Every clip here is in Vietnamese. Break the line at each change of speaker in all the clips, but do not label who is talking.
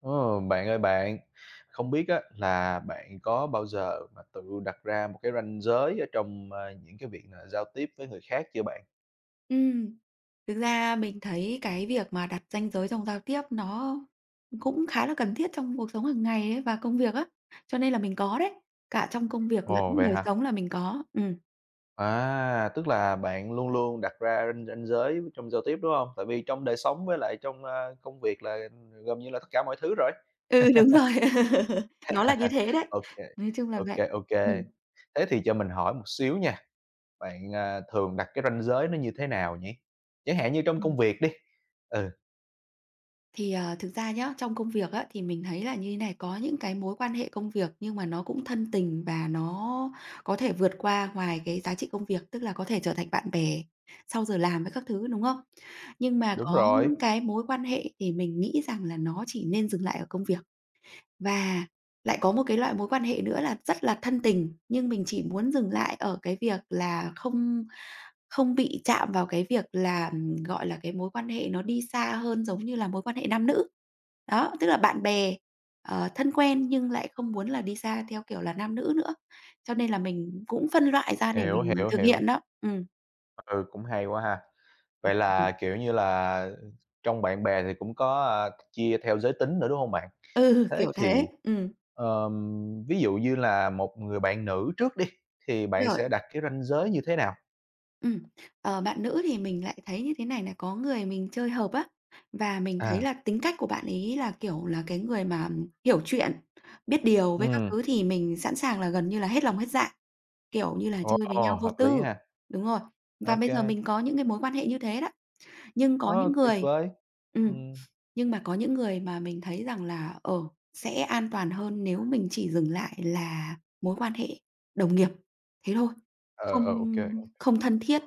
Ờ, bạn ơi bạn, không biết á là bạn có bao giờ mà tự đặt ra một cái ranh giới ở trong, những cái việc là giao tiếp với người khác chưa bạn?
Ừm, thực ra mình thấy cái việc mà đặt ranh giới trong giao tiếp nó cũng khá là cần thiết trong cuộc sống hàng ngày ấy và công việc á, cho nên là mình có đấy, cả trong công việc lẫn
Ồ, vậy
đời
hả?
sống là mình có. Ừm,
À, tức là bạn luôn luôn đặt ra ranh ranh giới trong giao tiếp, đúng không? Tại vì trong đời sống với lại trong, công việc là gần như là tất cả mọi thứ rồi.
ừ, đúng rồi, nó là như thế đấy,
ok
nói chung là
ok
vậy.
ok
Ừm.
Thế thì cho mình hỏi một xíu nha, bạn, thường đặt cái ranh giới nó như thế nào nhỉ? Chẳng hạn như trong
Ừm.
công việc đi. Ừ,
Thì, à, thực ra nhá, trong công việc á, thì mình thấy là như thế này, có những cái mối quan hệ công việc nhưng mà nó cũng thân tình và nó có thể vượt qua ngoài cái giá trị công việc, tức là có thể trở thành bạn bè sau giờ làm với các thứ, đúng không? Nhưng mà
đúng
có
rồi,
những cái mối quan hệ thì mình nghĩ rằng là nó chỉ nên dừng lại ở công việc. Và lại có một cái loại mối quan hệ nữa là rất là thân tình, nhưng mình chỉ muốn dừng lại ở cái việc là không không bị chạm vào cái việc là, gọi là, cái mối quan hệ nó đi xa hơn giống như là mối quan hệ nam nữ. Đó, tức là bạn bè, thân quen nhưng lại không muốn là đi xa theo kiểu là nam nữ nữa, cho nên là mình cũng phân loại ra để
hiểu,
mình
hiểu,
thực
hiểu.
hiện đó. Ừm.
Ừ, cũng hay quá ha. Vậy
Ừm.
là, kiểu như là, trong bạn bè thì cũng có, chia theo giới tính nữa, đúng không bạn?
Ừ,
Thế
kiểu thế.
thì, ví dụ như là một người bạn nữ trước đi, thì bạn
Rồi.
sẽ đặt cái ranh giới như thế nào?
Ừm, bạn nữ thì mình lại thấy như thế này này, có người mình chơi hợp á, và mình thấy
À,
là tính cách của bạn ấy là, kiểu, là cái người mà hiểu chuyện, biết điều với các
ừm,
thứ thì mình sẵn sàng là gần như là hết lòng hết dạ, kiểu như là, chơi với
ồ,
nhau vô
hợp lý
tư.
ha.
Đúng rồi, và
Ok,
bây
kê,
giờ mình có những cái mối quan hệ như thế đó, nhưng có những
tuyệt
người
vời.
ừm.
Ừm,
Nhưng mà có những người mà mình thấy rằng là, sẽ an toàn hơn nếu mình chỉ dừng lại là mối quan hệ đồng nghiệp, thế thôi,
ờ,
không
ờ, ok.
không thân thiết,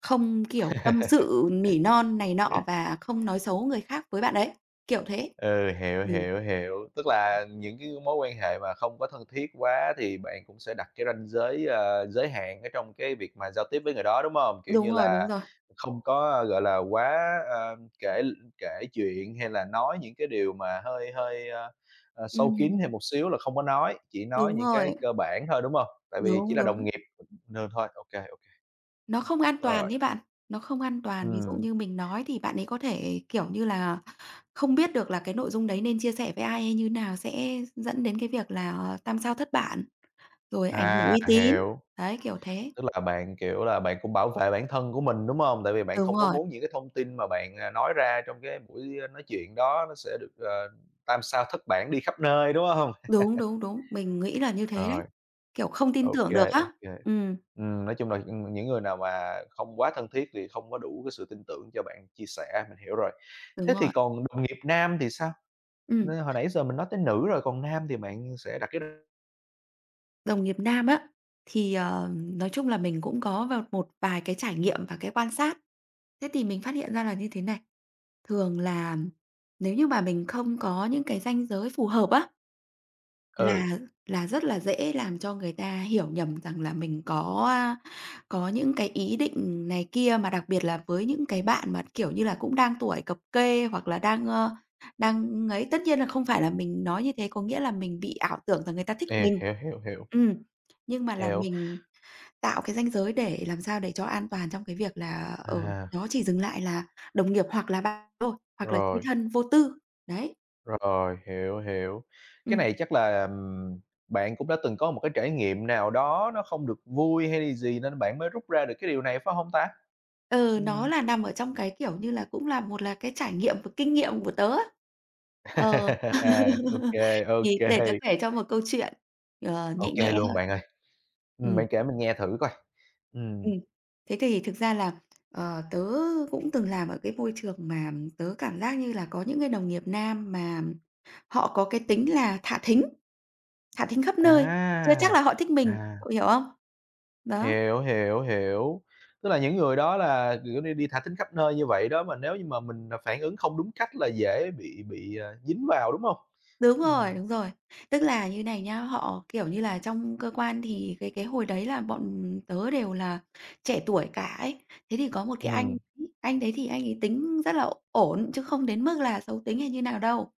không, kiểu, tâm sự nỉ non này nọ và không nói xấu người khác với bạn ấy, kiểu thế.
Ừ, hiểu,
Ừ,
hiểu, hiểu. Tức là những cái mối quan hệ mà không có thân thiết quá thì bạn cũng sẽ đặt cái ranh giới, ờ, giới hạn ở trong cái việc mà giao tiếp với người đó, đúng không? Kiểu
đúng
như
rồi, đúng
là,
rồi.
không có, ờ, gọi là, quá, kể kể chuyện hay là nói những cái điều mà hơi hơi, sâu kín hay
Ừm,
một xíu là không có nói, chỉ nói
đúng
những cái
rồi,
cơ bản thôi, đúng không? Tại vì chỉ
đúng,
là đồng
đúng.
nghiệp nên thôi, ok ok
Nó không an toàn
rồi.
ấy bạn, nó không an toàn. Ví dụ
Ừm,
như mình nói thì bạn ấy có thể, kiểu như là không biết được là cái nội dung đấy nên chia sẻ với ai hay như nào sẽ dẫn đến cái việc là, tam sao thất bản, rồi ảnh hưởng
à,
uy tín.
hiểu.
Đấy, kiểu thế.
Tức là bạn, kiểu là, bạn cũng bảo vệ bản thân của mình, đúng hông? Tại vì bạn
Đúng
không có
rồi,
muốn những cái thông tin mà bạn, nói ra trong cái buổi, nói chuyện đó nó sẽ được, ờ, tam sao thất bản đi khắp nơi, đúng hông?
đúng, đúng, đúng, mình nghĩ là như thế
Rồi,
đấy, kiểu, không tin
ô
tưởng được
kê, ô
á.
kê.
Ừm,
Nói chung là, những người nào mà không quá thân thiết thì không có đủ cái sự tin tưởng cho bạn chia sẻ, mình hiểu rồi.
đúng
Thế thì
rồi.
còn đồng nghiệp nam thì sao? N
Ừm,
hồi nãy giờ mình nói tới nữ rồi, còn nam thì bạn sẽ đặt cái
đồng nghiệp nam á, thì, nói chung là mình cũng có vào một vài cái trải nghiệm và cái quan sát. Thế thì mình phát hiện ra là như thế này, thường là nếu như mà mình không có những cái ranh giới phù hợp á, Là
ừ,
là rất là dễ làm cho người ta hiểu nhầm rằng là mình có những cái ý định này kia, mà đặc biệt là với những cái bạn mà, kiểu như là, cũng đang tuổi cập kê hoặc là đang ấy. Tất nhiên là không phải là mình nói như thế có nghĩa là mình bị ảo tưởng rằng người ta thích
hiểu,
mình.
hiểu, hiểu, hiểu.
Ừm, nhưng mà là
Hiểu,
mình tạo cái ranh giới để làm sao để cho an toàn trong cái việc là,
à,
nó chỉ dừng lại là đồng nghiệp hoặc là bạn thôi, hoặc là chơi
rồi.
thân vô tư, đấy.
Rồi, hiểu, hiểu. Cái
Ừm.
này chắc là, bạn cũng đã từng có một cái trải nghiệm nào đó nó không được vui hay là gì nên bạn mới rút ra được cái điều này, phải không ta?
Ừ, nó
Ừm.
là nằm ở trong cái, kiểu như là, cũng là một là cái trải nghiệm và kinh nghiệm của tớ á. Ờ.
À, ok
Thì để tớ
kê, ô
kể cho một câu chuyện, nhẹ nhẹ
luôn
thôi.
bạn ơi.
Ừm.
Bạn kể mình nghe thử coi. Ừm,
Ừm. Thế thì thực ra là, tớ cũng từng làm ở cái môi trường mà tớ cảm giác như là có những cái đồng nghiệp nam mà họ có cái tính là thả thính khắp nơi, chưa chắc
à,
là họ thích mình,
à,
cậu hiểu không? Đó.
hiểu, hiểu, hiểu. Tức là những người đó là, kiểu như, đi thả thính khắp nơi như vậy đó, mà nếu như mà mình, phản ứng không đúng cách là dễ bị, dính vào, đúng không?
Đúng rồi,
Ừm.
đúng rồi. Tức là như này nhá, họ, kiểu như là, trong cơ quan thì cái hồi đấy là bọn tớ đều là trẻ tuổi cả ấy. Thế thì có một cái anh
Ừm,
ấy, anh đấy thì anh ấy tính rất là ổn, chứ không đến mức là xấu tính hay như nào đâu.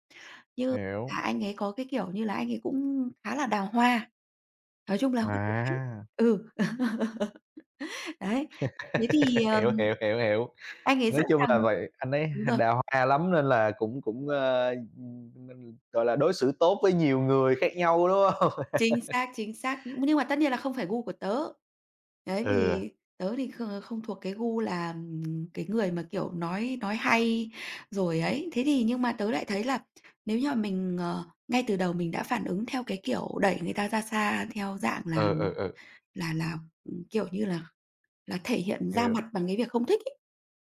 Như là
hiểu.
anh ấy có cái kiểu như là anh ấy cũng khá là đào hoa, nói chung là hút gái.
À,
Ừ. Đấy, thế thì,
hiểu, hiểu, hiểu, hiểu.
anh ấy
Nói
sẵn
chung là
sàng
vậy, anh ấy
đúng rồi.
đào hoa lắm nên là cũng cũng, mình, gọi là, đối xử tốt với nhiều người khác nhau, đúng không?
Chính xác, chính xác. Nhưng mà tất nhiên là không phải gu của tớ. Đấy,
Ừ,
vì tớ thì không không thuộc cái gu là, cái người mà, kiểu, nói hay rồi ấy. Thế thì nhưng mà tớ lại thấy là nếu như mà mình, ngay từ đầu mình đã phản ứng theo cái kiểu đẩy người ta ra xa theo dạng là
ừ, ừ, ừ,
là là, kiểu như là, thể hiện ra
hiểu.
mặt bằng cái việc không thích ấy,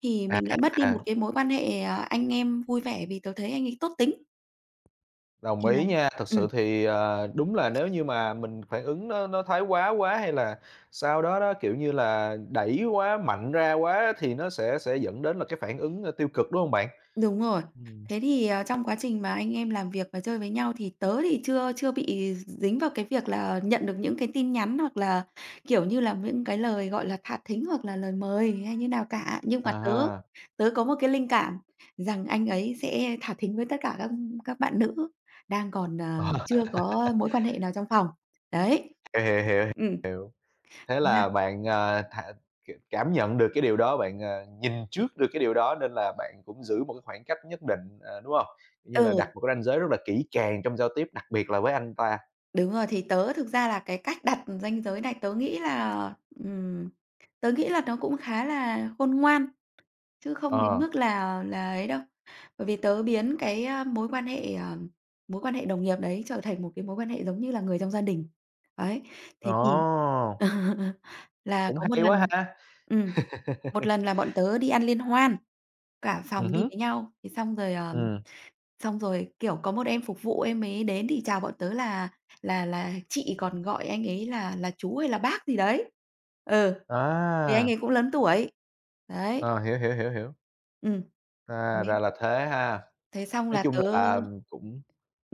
thì
À,
mình lại mất đi một
à,
cái mối quan hệ, anh em vui vẻ vì tớ thấy anh ấy tốt tính.
đồng
Thì là
ý nha. Thật
ừm.
sự thì, ờ, đúng là nếu như mà mình phản ứng nó thái quá quá hay là sau đó đó, kiểu như là, đẩy quá, mạnh ra quá thì nó sẽ dẫn đến là cái phản ứng, tiêu cực, đúng không bạn?
Đúng rồi.
Ừm,
Thế thì, trong quá trình mà anh em làm việc và chơi với nhau thì tớ thì chưa chưa bị dính vào cái việc là nhận được những cái tin nhắn hoặc là, kiểu như là, những cái lời, gọi là, thả thính hoặc là lời mời hay như nào cả. Nhưng mà tớ
à,
tớ có một cái linh cảm rằng anh ấy sẽ thả thính với tất cả các bạn nữ đang còn, chưa có mối quan hệ nào trong phòng. Đấy.
hiểu, hiểu, hiểu.
Ừ.
Thế
Thế là
là bạn, ờ, thà c cảm nhận được cái điều đó, bạn, ờ, nhìn trước được cái điều đó nên là bạn cũng giữ một cái khoảng cách nhất định, ờ, đúng không? Kiểu như là, đặt
ừ.
một cái ranh giới rất là kỹ càng trong giao tiếp, đặc biệt là với anh ta.
Đúng rồi, thì tớ thực ra là cái cách đặt ranh giới này tớ nghĩ là, ừm, tớ nghĩ là, nó cũng khá là khôn ngoan, chứ không đến
Ờ,
mức là ấy đâu. Bởi vì tớ biến cái, a, mối quan hệ, ờ, mối quan hệ đồng nghiệp đấy trở thành một cái mối quan hệ giống như là người trong gia đình. Đấy,
ồ,
thế thì là
cũng
có
hay quá ha!
ừm, một lần là bọn tớ đi ăn liên hoan, cả
Ừ
phòng đi
hứm,
với nhau, thì xong rồi, ờ
ừm,
Xong rồi, kiểu, có một em phục vụ em ấy đến thì chào bọn tớ là chị, còn gọi anh ấy là chú hay là bác gì đấy. Ừ, vì anh
à,
ấy cũng lớn tuổi. Đấy.
ờ, hiểu, hiểu, hiểu, hiểu,
Ừm,
à, ra
đấy,
là thế ha.
thế xong
Nói
là
chung
tớ
là cũng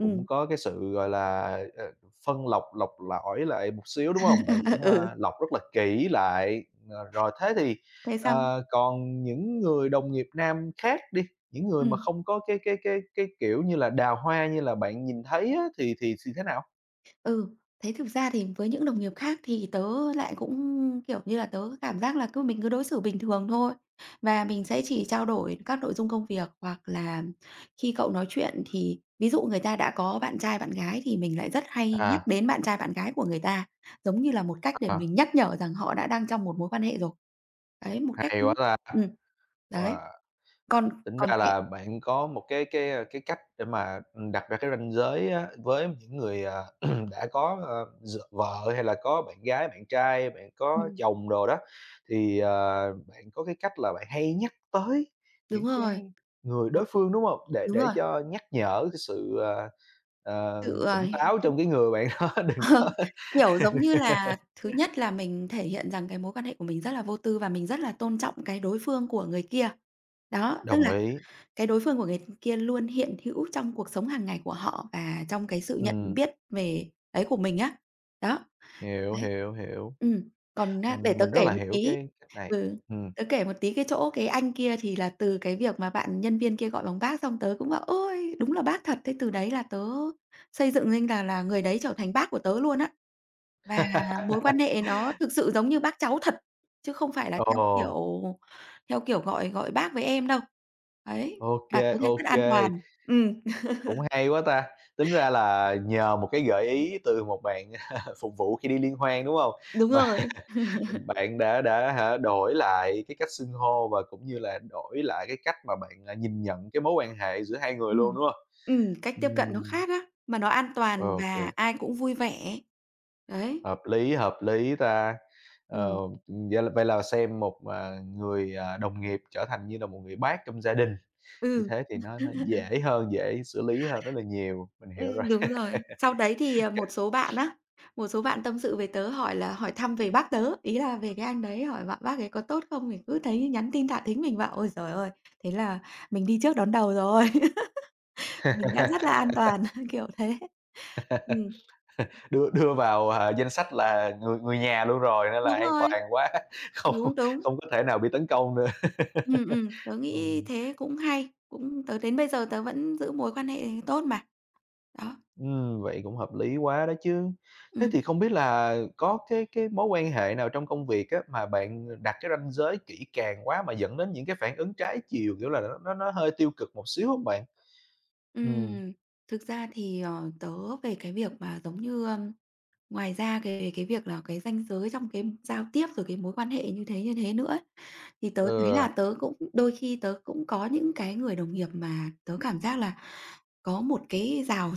cũng có cái sự, gọi là, ờ, phân lọc lọc lõi lại một xíu, đúng không? Bạn cũng,
ừ,
lọc rất là kỹ lại. Ờ, rồi thế thì,
thế xong
ờ, còn những người đồng nghiệp nam khác đi, những người mà
ừm.
không có cái, kiểu như là, đào hoa như là bạn nhìn thấy á, thì thế nào?
Ừ, thế thực ra thì với những đồng nghiệp khác thì tớ lại cũng, kiểu như là, tớ cảm giác là cứ mình cứ đối xử bình thường thôi, và mình sẽ chỉ trao đổi các nội dung công việc hoặc là khi cậu nói chuyện thì ví dụ người ta đã có bạn trai bạn gái thì mình lại rất hay nhắc
À,
đến bạn trai bạn gái của người ta, giống như là một cách để
à,
mình nhắc nhở rằng họ đã đang trong một mối quan hệ rồi. Đấy, một cách
hay quá ta!
ừm, đấy,
Wow.
còn
Tính
còn
ra
kệ
là bạn có một cái, ờ, cái cách để mà, đặt ra cái ranh giới á, với những người, đã có, ờ, d vợ hay là có bạn gái, bạn trai, bạn có
ừm,
chồng đồ đó, thì, ờ, bạn có cái cách là bạn hay nhắc tới những
đúng
cái
rồi.
người
Một
đối phương, đúng không? Để
đúng
để
rồi,
cho nhắc nhở cái sự, ờ,
sự, ờ
tỉnh táo trong cái người bạn đó đừng
Ờ,
có
kiểu, giống như là thứ nhất là mình thể hiện rằng cái mối quan hệ của mình rất là vô tư và mình rất là tôn trọng cái đối phương của người kia. Đó, tức
đồng
là
ý,
cái đối phương của người kia luôn hiện hữu trong cuộc sống hàng ngày của họ và trong cái sự nhận
ừm,
biết về ấy của mình á. Đó,
hiểu,
đấy.
hiểu, hiểu.
Ừm, còn á, để tớ
Mình rất
kể
là
một
hiểu cái cách này,
ừ,
ừm.
tí cái chỗ cái anh kia thì là từ cái việc mà bạn nhân viên kia gọi bằng bác xong tớ cũng bảo: "Ôi, đúng là bác thật!" Thế từ đấy là tớ xây dựng nên là người đấy trở thành bác của tớ luôn á. Và mối quan hệ nó thực sự giống như bác cháu thật, chứ không phải là
Ồ.
theo kiểu gọi gọi bác với em đâu. Đấy, và tớ
OK
thấy rất an
OK
toàn. Ừm,
cũng hay quá ta. Tính ra là nhờ một cái gợi ý từ một bạn phục vụ khi đi liên hoan, đúng không?
đúng
Mà
rồi.
bạn đã hả, đổi lại cái cách xưng hô và cũng như là đổi lại cái cách mà bạn, nhìn nhận cái mối quan hệ giữa hai người luôn,
Ừm,
đúng không?
cách tiếp cận nó
Ừm,
khác á, mà nó an toàn
ô
và ai cũng vui vẻ. Đấy,
hợp lý ta. Ờ,
ừm,
vậy là xem một, người, đồng nghiệp trở thành như là một người bác trong gia đình, như
ừ.
thế thì nó dễ hơn, dễ xử lý hơn rất là nhiều. Mình hiểu rồi.
Đúng rồi. Sau đấy thì, một số bạn tâm sự về tớ hỏi thăm về bác tớ, ý là về cái anh đấy, hỏi bạn "Bác ấy có tốt không?" Mình cứ thấy nhắn tin thả thính, mình bảo: "Ôi giời ơi, thế là mình đi trước đón đầu rồi, mình đã rất là an toàn", kiểu thế. Ừm,
Đưa đưa vào, danh sách là người người nhà luôn rồi nên là
đúng
an
rồi,
toàn quá, không
đúng, đúng.
không có thể nào bị tấn công nữa.
Tớ nghĩ
Ừm,
thế cũng hay, cũng tớ đến bây giờ tớ vẫn giữ mối quan hệ tốt mà. Đó,
vậy cũng hợp lý quá đó chứ. Thế
ừm,
thì không biết là có cái mối quan hệ nào trong công việc á, mà bạn đặt cái ranh giới kỹ càng quá mà dẫn đến những cái phản ứng trái chiều, kiểu là, nó hơi tiêu cực một xíu không bạn?
ừm.
Ừm,
Thực ra thì, tớ về cái việc mà giống như, Ngoài ra cái việc là cái ranh giới trong cái giao tiếp, rồi cái mối quan hệ như thế nữa ấy, thì tớ thấy
ừ,
là tớ cũng đôi khi tớ cũng có những cái người đồng nghiệp mà tớ cảm giác là có một cái rào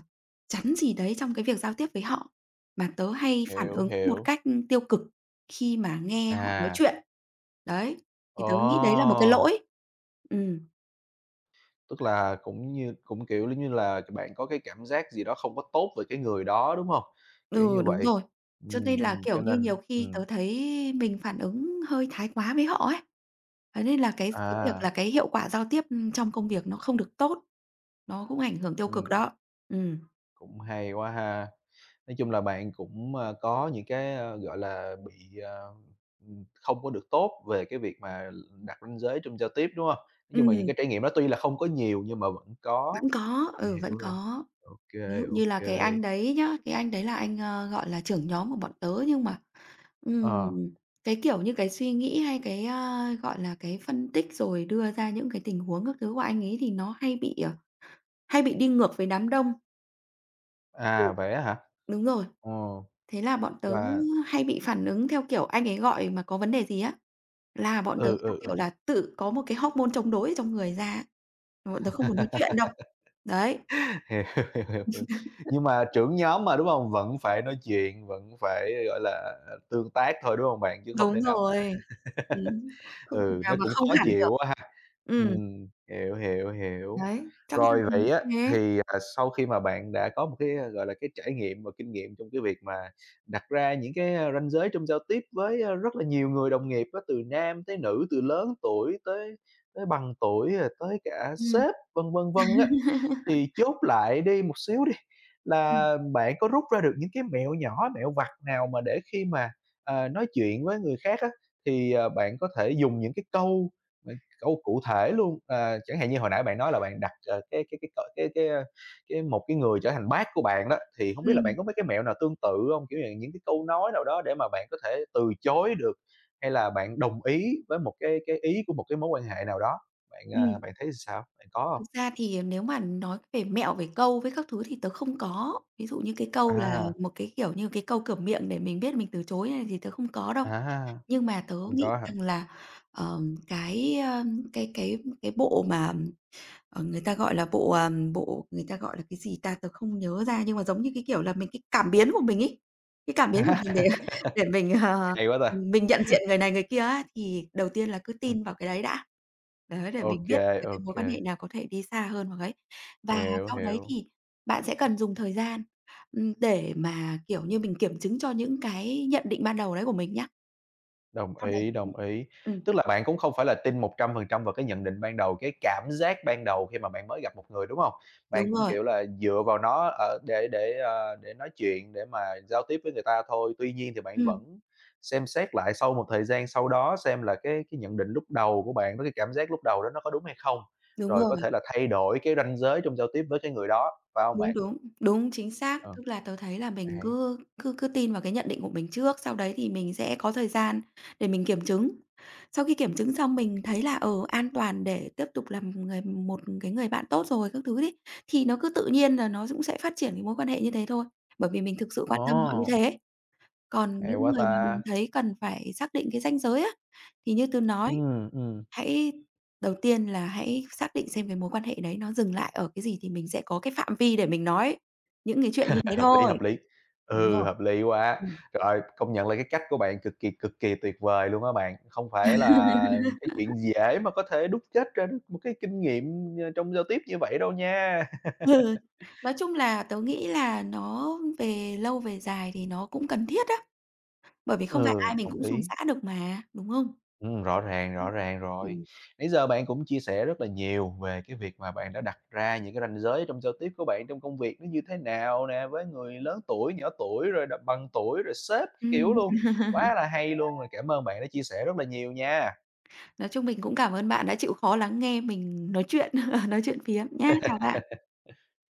chắn gì đấy trong cái việc giao tiếp với họ, mà tớ hay phản
hiểu,
ứng một
hiểu.
cách tiêu cực khi mà nghe họ nói
À,
chuyện. Đấy, thì tớ nghĩ đấy là một cái
ồ!
lỗi. Ừm.
Tức là cũng như cũng, kiểu, giống như là, bạn có cái cảm giác gì đó không có tốt về cái người đó, đúng hông? Kiểu
Ừ,
như
đúng
vậy.
rồi. Cho nên là,
Cho
kiểu như,
nên
nhiều khi tớ thấy mình phản ứng hơi thái quá với họ ấy. Thế nên là cái việc là
à,
cái hiệu quả giao tiếp, trong công việc nó không được tốt, nó cũng ảnh hưởng tiêu cực
ừm,
đó. Ừm.
cũng hay quá ha. Nói chung là bạn cũng, có những cái, gọi là, bị, không có được tốt về cái việc mà đặt ranh giới trong giao tiếp, đúng hông? Nói chung là những
Ừm,
cái trải nghiệm đó tuy là không có nhiều nhưng mà vẫn có,
vẫn có,
mình
ừ, vẫn
hiểu rồi.
có.
Ô
Ví
kê,
dụ
ô
như là cái
kê.
anh đấy nhá, cái anh đấy là anh, gọi là, trưởng nhóm của bọn tớ nhưng mà, ừm,
Ờ,
cái, kiểu như, cái suy nghĩ hay cái, gọi là, cái phân tích rồi đưa ra những cái tình huống các thứ của anh ấy thì nó hay bị, hay bị đi ngược với đám đông.
à, vậy á hả?
Đúng rồi.
Ờ,
Thế là bọn tớ
và
hay bị phản ứng theo kiểu anh ấy gọi mà có vấn đề gì á, là bọn tớ,
ừ,
theo
ừ,
kiểu
ừ.
là, tự có một cái hormone chống đối ở trong người ra á, mà bọn tớ không muốn nói chuyện đâu. Đấy,
Hiểu, hiểu, hiểu, hiểu. Nhưng mà trưởng nhóm mà, đúng không? Vẫn phải nói chuyện, vẫn phải, gọi là, tương tác thôi, đúng không bạn? Chứ không
đúng
thể nào mà
rồi. Ừm, không thể
ừ,
nào
nó
mà
cũng
không
khó
hẳn được.
chịu.
Ừm,
Hiểu, hiểu, hiểu.
đấy, trong gia
Rồi
đình
vậy á,
cũng thế.
thì, sau khi mà bạn đã có một cái, gọi là, cái trải nghiệm và kinh nghiệm trong cái việc mà đặt ra những cái, ranh giới trong giao tiếp với, rất là nhiều người đồng nghiệp á, từ nam tới nữ, từ lớn tuổi tới tới bằng tuổi, rồi tới cả
Ừm,
sếp, vân, vân, vân á, thì chốt lại đi một xíu đi,
ừm,
là bạn có rút ra được những cái mẹo nhỏ, mẹo vặt nào mà để khi mà, nói chuyện với người khác á, thì, bạn có thể dùng những cái câu mà câu cụ thể luôn. Ờ, chẳng hạn như hồi nãy bạn nói là bạn đặt, ờ, cái c cái, cái một cái người trở thành bác của bạn đó, thì không biết là
ừm,
bạn có mấy cái mẹo nào tương tự không? Kiểu như những cái câu nói nào đó để mà bạn có thể từ chối được, hay là bạn đồng ý với một cái ý của một cái mối quan hệ nào đó? Bạn, à,
ừm.
bạn thấy sao? Bạn có không?
Thực ra thì nếu mà nói về mẹo, về câu với các thứ thì tớ không có. Ví dụ như cái câu là
À,
một cái, kiểu như, cái câu cửa miệng để mình biết mình từ chối này thì tớ không có đâu.
à,
Nhưng mà tớ
không
nghĩ
có hả?
rằng là, cái, cái cái cái bộ mà, người ta gọi là bộ, bộ người ta gọi là cái gì ta? Tớ không nhớ ra nhưng mà giống như cái kiểu là mình cái cảm biến của mình ấy, cái cảm biến của mình để để mình,
Hay quá ta!
mình nhận diện người này người kia á, thì đầu tiên là cứ tin vào cái đấy đã. Đấy, để mình
Ok
biết là cái
ok
mối quan hệ nào có thể đi xa hơn vào ấy. Và
hiểu,
sau đấy
hiểu.
thì bạn sẽ cần dùng thời gian, để mà, kiểu như, mình kiểm chứng cho những cái nhận định ban đầu đấy của mình nhá.
Đồng
Sau đấy
ý,
thì
đồng ý.
ừm,
Tức là bạn cũng không phải là tin 100% vào cái nhận định ban đầu, cái cảm giác ban đầu khi mà bạn mới gặp một người, đúng hông? Bạn
đúng
cũng,
rồi,
kiểu là, dựa vào nó, ờ, để, ờ, để nói chuyện, để mà giao tiếp với người ta thôi. Tuy nhiên thì bạn
ừm,
vẫn xem xét lại sau một thời gian sau đó xem là cái nhận định lúc đầu của bạn với cái cảm giác lúc đầu đó nó có đúng hay không,
đúng
rồi
rồi,
có thể là thay đổi cái ranh giới trong giao tiếp với cái người đó, phải hông
đúng,
bạn?
đúng, đúng, chính xác.
Ờ,
Tức là tớ thấy là mình
hay.
cứ cứ cứ tin vào cái nhận định của mình trước, sau đấy thì mình sẽ có thời gian để mình kiểm chứng. Sau khi kiểm chứng xong mình thấy là, an toàn để tiếp tục làm người một cái người bạn tốt rồi các thứ đấy, thì nó cứ tự nhiên là nó cũng sẽ phát triển cái mối quan hệ như thế thôi, bởi vì mình thực sự quan tâm họ như
Ồ,
thế. Còn
hay
những
quá
người mà mình
ta!
thấy cần phải xác định cái ranh giới á, thì như tớ nói
Ừm, ừm.
Hãy đầu tiên là hãy xác định xem cái mối quan hệ đấy nó dừng lại ở cái gì thì mình sẽ có cái phạm vi để mình nói những cái chuyện như
À,
thế
hợp lý,
thôi.
hợp lý.
Đúng
Ừ,
rồi.
hợp lý quá.
Ừm.
Rồi, công nhận là cái cách của bạn cực kỳ tuyệt vời luôn á bạn. Không phải là cái chuyện dễ mà có thể đúc kết ra được một cái kinh nghiệm, ờ, trong giao tiếp như vậy đâu nha.
Ừ, nói chung là tớ nghĩ là nó về lâu về dài thì nó cũng cần thiết á, bởi vì không phải
Ừ,
ai mình
đồng
cũng suôn
ý.
sẻ được mà, đúng không? Ừm.
Rõ ràng rồi.
Ừm,
Nãy giờ bạn cũng chia sẻ rất là nhiều về cái việc mà bạn đã đặt ra những cái ranh giới trong giao tiếp của bạn trong công việc nó như thế nào nè, với người lớn tuổi, nhỏ tuổi, rồi đ bằng tuổi, rồi sếp kiểu luôn.
ừm.
Quá là hay luôn, rồi cảm ơn bạn đã chia sẻ rất là nhiều nha.
Nói chung mình cũng cảm ơn bạn đã chịu khó lắng nghe mình nói chuyện, nói chuyện phiếm nhá. Chào bạn.